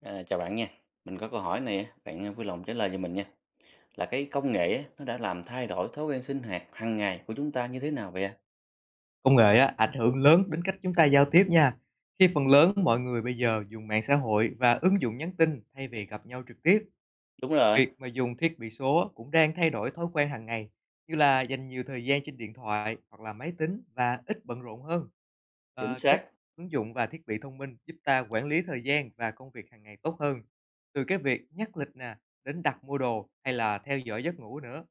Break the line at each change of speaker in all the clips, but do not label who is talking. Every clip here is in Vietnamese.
Chào bạn nha, mình có câu hỏi này á, vui lòng trả lời cho mình nha. Là cái công nghệ á, nó đã làm thay đổi thói quen sinh hoạt hàng ngày của chúng ta như thế nào vậy ạ?
Công nghệ á, ảnh hưởng lớn đến cách chúng ta giao tiếp nha. Khi phần lớn mọi người bây giờ dùng mạng xã hội và ứng dụng nhắn tin thay vì gặp nhau trực tiếp,
Đúng rồi,
việc mà dùng thiết bị số cũng đang thay đổi thói quen hàng ngày, như là dành nhiều thời gian trên điện thoại hoặc là máy tính và ít bận rộn hơn.
chính xác.
Các ứng dụng và thiết bị thông minh giúp ta quản lý thời gian và công việc hàng ngày tốt hơn, từ cái việc nhắc lịch nè đến đặt mua đồ hay là theo dõi giấc ngủ nữa.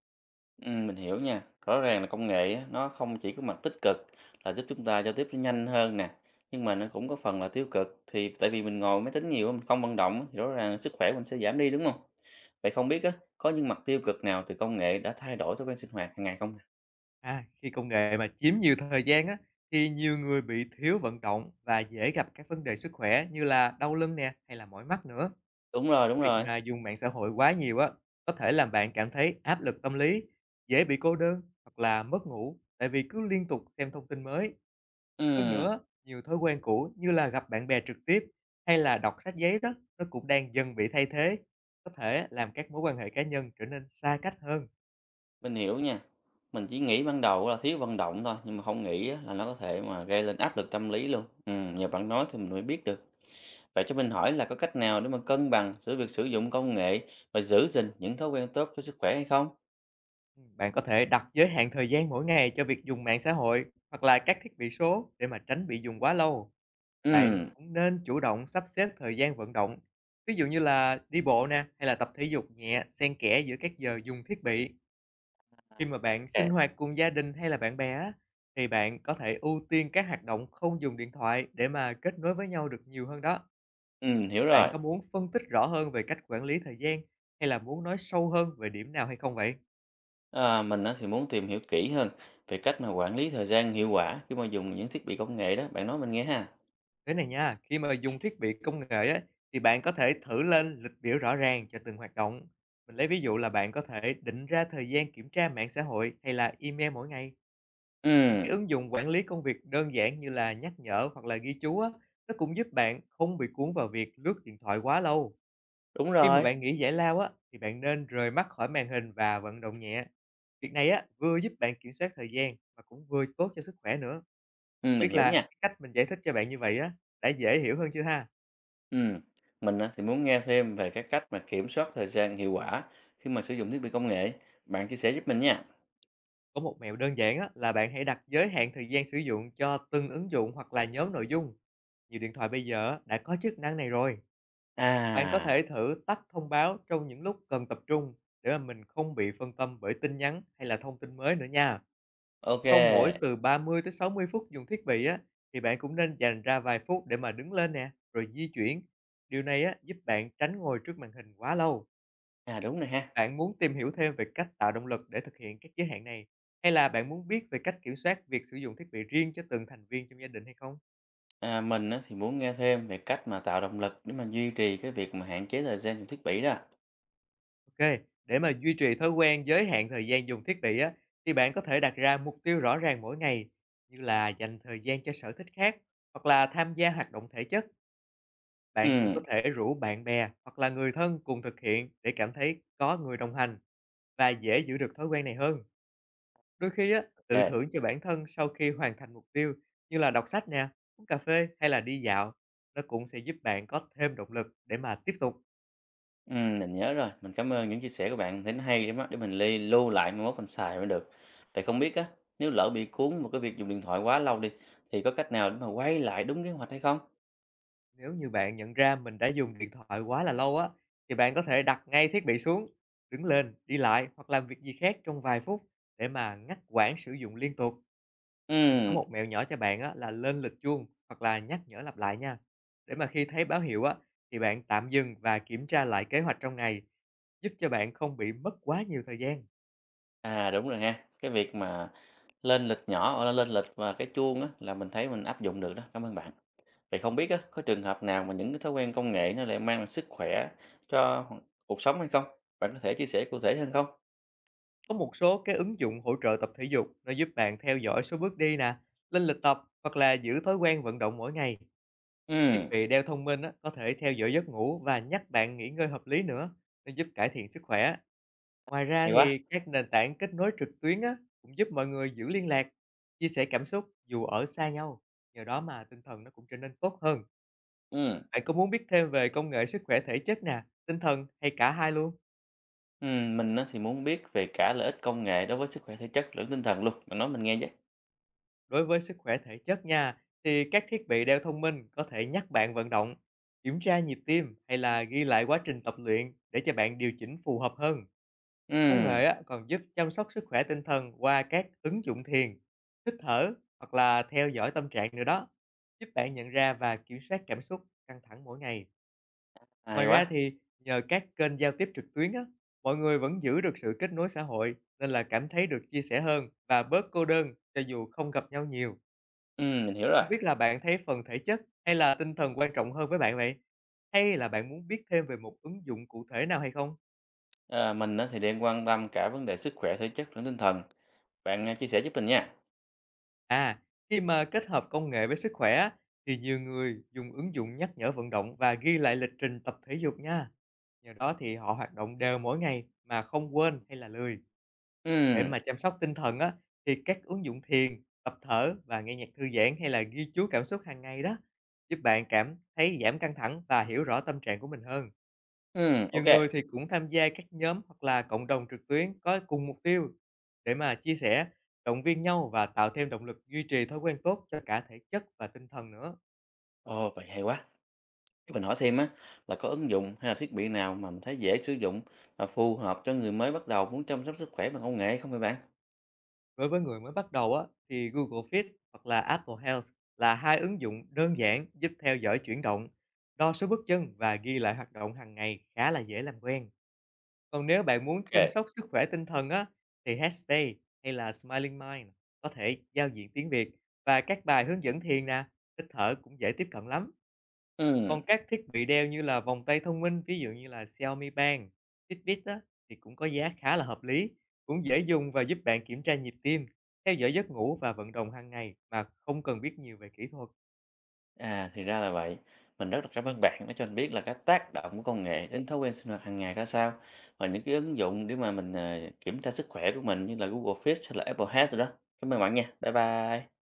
Ừ, mình hiểu nha. Rõ ràng là công nghệ á, nó không chỉ có mặt tích cực là giúp chúng ta giao tiếp nó nhanh hơn nè, nhưng mà nó cũng có phần là tiêu cực. Thì tại vì mình ngồi máy tính nhiều, mình không vận động á, thì rõ ràng là sức khỏe mình sẽ giảm đi đúng không? Vậy không biết á, có những mặt tiêu cực nào từ công nghệ đã thay đổi thói quen sinh hoạt hàng ngày không?
À, khi công nghệ mà chiếm nhiều thời gian á, thì nhiều người bị thiếu vận động và dễ gặp các vấn đề sức khỏe như là đau lưng nè hay là mỏi mắt nữa.
Đúng rồi, đúng
Việc
rồi.
mà dùng mạng xã hội quá nhiều á, có thể làm bạn cảm thấy áp lực tâm lý, dễ bị cô đơn hoặc là mất ngủ tại vì cứ liên tục xem thông tin mới. Hơn
Ừ.
nữa, nhiều thói quen cũ như là gặp bạn bè trực tiếp hay là đọc sách giấy đó, nó cũng đang dần bị thay thế, có thể làm các mối quan hệ cá nhân trở nên xa cách hơn.
Mình hiểu nha. Mình chỉ nghĩ ban đầu là thiếu vận động thôi, nhưng mà không nghĩ á, là nó có thể mà gây lên áp lực tâm lý luôn. Nhờ bạn nói thì mình mới biết được. Vậy cho mình hỏi là có cách nào để mà cân bằng giữa việc sử dụng công nghệ và giữ gìn những thói quen tốt cho sức khỏe hay không?
Bạn có thể đặt giới hạn thời gian mỗi ngày cho việc dùng mạng xã hội hoặc là các thiết bị số để mà tránh bị dùng quá lâu. Bạn
Ừm.
cũng nên chủ động sắp xếp thời gian vận động, ví dụ như là đi bộ nè hay là tập thể dục nhẹ xen kẽ giữa các giờ dùng thiết bị.
À,
Khi mà bạn
à,
sinh hoạt cùng gia đình hay là bạn bè á, thì bạn có thể ưu tiên các hoạt động không dùng điện thoại để mà kết nối với nhau được nhiều hơn đó.
hiểu
Bạn
rồi.
có muốn phân tích rõ hơn về cách quản lý thời gian, hay là muốn nói sâu hơn về điểm nào hay không vậy?
Mình á, thì muốn tìm hiểu kỹ hơn về cách mà quản lý thời gian hiệu quả khi mà dùng những thiết bị công nghệ đó. Bạn nói mình nghe ha.
Thế này nha, khi mà dùng thiết bị công nghệ á, thì bạn có thể thử lên lịch biểu rõ ràng cho từng hoạt động. Mình lấy ví dụ là bạn có thể định ra thời gian kiểm tra mạng xã hội hay là email mỗi ngày. Những cái
Ừm,
ứng dụng quản lý công việc đơn giản như là nhắc nhở hoặc là ghi chú á, nó cũng giúp bạn không bị cuốn vào việc lướt điện thoại quá lâu.
đúng
Khi mà
rồi.
bạn nghỉ giải lao á, thì bạn nên rời mắt khỏi màn hình và vận động nhẹ. Việc này á, vừa giúp bạn kiểm soát thời gian mà cũng vừa tốt cho sức khỏe nữa. Không
Mình
biết
hiểu
là
nha.
cái cách mình giải thích cho bạn như vậy á, đã dễ hiểu hơn chưa ha?
Ừm, mình á, thì muốn nghe thêm về các cách mà kiểm soát thời gian hiệu quả khi mà sử dụng thiết bị công nghệ. Bạn chia sẻ giúp mình nha.
Có một mẹo đơn giản á, là bạn hãy đặt giới hạn thời gian sử dụng cho từng ứng dụng hoặc là nhóm nội dung. Nhiều điện thoại bây giờ á, đã có chức năng này rồi. Bạn có
À,
thể thử tắt thông báo trong những lúc cần tập trung để mà mình không bị phân tâm bởi tin nhắn hay là thông tin mới nữa nha. Sau mỗi
OK.
từ 30 tới 60 phút dùng thiết bị á, thì bạn cũng nên dành ra vài phút để mà đứng lên nè, rồi di chuyển. Điều này á, giúp bạn tránh ngồi trước màn hình quá lâu.
À, đúng rồi ha.
Bạn muốn tìm hiểu thêm về cách tạo động lực để thực hiện các giới hạn này, hay là bạn muốn biết về cách kiểm soát việc sử dụng thiết bị riêng cho từng thành viên trong gia đình hay không?
Mình á, thì muốn nghe thêm về cách mà tạo động lực để mà duy trì cái việc mà hạn chế thời gian dùng thiết bị đó.
Ok, để mà duy trì thói quen giới hạn thời gian dùng thiết bị á, thì bạn có thể đặt ra mục tiêu rõ ràng mỗi ngày, như là dành thời gian cho sở thích khác, hoặc là tham gia hoạt động thể chất. Bạn cũng
Ừm,
có thể rủ bạn bè hoặc là người thân cùng thực hiện để cảm thấy có người đồng hành và dễ giữ được thói quen này hơn. Đôi khi á, tự
OK.
thưởng cho bản thân sau khi hoàn thành mục tiêu như là đọc sách nè, uống cà phê hay là đi dạo, nó cũng sẽ giúp bạn có thêm động lực để mà tiếp tục.
Mình nhớ rồi. Mình cảm ơn những chia sẻ của bạn. Thấy nó hay lắm á. Để mình li lưu lại mai mốt mình xài mới được. Vậy không biết á, nếu lỡ bị cuốn vào cái việc dùng điện thoại quá lâu đi, thì có cách nào để mà quay lại đúng kế hoạch hay không?
Nếu như bạn nhận ra mình đã dùng điện thoại quá là lâu á, thì bạn có thể đặt ngay thiết bị xuống, đứng lên, đi lại hoặc làm việc gì khác trong vài phút để mà ngắt quãng sử dụng liên tục. Mình có
Ừm.
một mẹo nhỏ cho bạn á, là lên lịch chuông hoặc là nhắc nhở lặp lại nha. Để mà khi thấy báo hiệu á, thì bạn tạm dừng và kiểm tra lại kế hoạch trong ngày, giúp cho bạn không bị mất quá nhiều thời gian.
À, đúng rồi ha. Cái việc mà lên lịch nhỏ, hoặc là lên lịch và cái chuông á, là mình thấy mình áp dụng được đó. Cảm ơn bạn. Vậy không biết á, có trường hợp nào mà những cái thói quen công nghệ nó lại mang lại sức khỏe cho cuộc sống hay không? Bạn có thể chia sẻ cụ thể hơn không?
Có một số cái ứng dụng hỗ trợ tập thể dục nó giúp bạn theo dõi số bước đi nè, lên lịch tập hoặc là giữ thói quen vận động mỗi ngày. Thiết
Ừm,
bị đeo thông minh á, có thể theo dõi giấc ngủ và nhắc bạn nghỉ ngơi hợp lý nữa, nó giúp cải thiện sức khỏe. Ngoài ra
hay quá.
thì các nền tảng kết nối trực tuyến á, cũng giúp mọi người giữ liên lạc, chia sẻ cảm xúc dù ở xa nhau. Nhờ đó mà tinh thần nó cũng trở nên tốt hơn.
Ừm,
Bạn có muốn biết thêm về công nghệ sức khỏe thể chất nè, tinh thần, hay cả hai luôn?
mình á, thì muốn biết về cả lợi ích công nghệ đối với sức khỏe thể chất lẫn tinh thần luôn. Bạn nói mình nghe với.
Đối với sức khỏe thể chất nha, thì các thiết bị đeo thông minh có thể nhắc bạn vận động, kiểm tra nhịp tim hay là ghi lại quá trình tập luyện để cho bạn điều chỉnh phù hợp hơn. Công
Ừm,
nghệ á, còn giúp chăm sóc sức khỏe tinh thần qua các ứng dụng thiền, hít thở hoặc là theo dõi tâm trạng nữa đó, giúp bạn nhận ra và kiểm soát cảm xúc căng thẳng mỗi ngày.
hay
Ngoài ra
quá.
thì nhờ các kênh giao tiếp trực tuyến á, mọi người vẫn giữ được sự kết nối xã hội nên là cảm thấy được chia sẻ hơn và bớt cô đơn cho dù không gặp nhau nhiều.
Mình hiểu rồi.
Không biết là bạn thấy phần thể chất hay là tinh thần quan trọng hơn với bạn vậy? Hay là bạn muốn biết thêm về một ứng dụng cụ thể nào hay không?
Ờ, mình á, thì đang quan tâm cả vấn đề sức khỏe thể chất lẫn tinh thần. Chia sẻ giúp mình nha.
À, khi mà kết hợp công nghệ với sức khỏe á, thì nhiều người dùng ứng dụng nhắc nhở vận động và ghi lại lịch trình tập thể dục nha. Nhờ đó thì họ hoạt động đều mỗi ngày mà không quên hay là lười. Để
Ừm,
mà chăm sóc tinh thần á, thì các ứng dụng thiền, tập thở và nghe nhạc thư giãn hay là ghi chú cảm xúc hàng ngày đó giúp bạn cảm thấy giảm căng thẳng và hiểu rõ tâm trạng của mình hơn. Nhiều
OK.
người thì cũng tham gia các nhóm hoặc là cộng đồng trực tuyến có cùng mục tiêu để mà chia sẻ, động viên nhau và tạo thêm động lực duy trì thói quen tốt cho cả thể chất và tinh thần nữa.
Ồ, vậy hay quá. Cho mình hỏi thêm á, là có ứng dụng hay là thiết bị nào mà mình thấy dễ sử dụng và phù hợp cho người mới bắt đầu muốn chăm sóc sức khỏe bằng công nghệ không vậy bạn?
Đối với người mới bắt đầu á, thì Google Fit hoặc là Apple Health là hai ứng dụng đơn giản giúp theo dõi chuyển động, đo số bước chân và ghi lại hoạt động hàng ngày khá là dễ làm quen. Còn nếu bạn muốn
Ok,
chăm sóc sức khỏe tinh thần á, thì Headspace hay là Smiling Mind có thể giao diện tiếng Việt và các bài hướng dẫn thiền nè, hít thở cũng dễ tiếp cận lắm.
ừ,
Còn các thiết bị đeo như là vòng tay thông minh, ví dụ như là Xiaomi Band, Fitbit á, thì cũng có giá khá là hợp lý, cũng dễ dùng và giúp bạn kiểm tra nhịp tim, theo dõi giấc ngủ và vận động hàng ngày mà không cần biết nhiều về kỹ thuật.
à thì ra là vậy. Mình rất là cảm ơn bạn đã cho mình biết là cái tác động của công nghệ đến thói quen sinh hoạt hàng ngày ra sao và những cái ứng dụng để mà kiểm tra sức khỏe của mình như là Google Fit hay là Apple Health rồi đó. Cảm ơn bạn nha. Bye bye.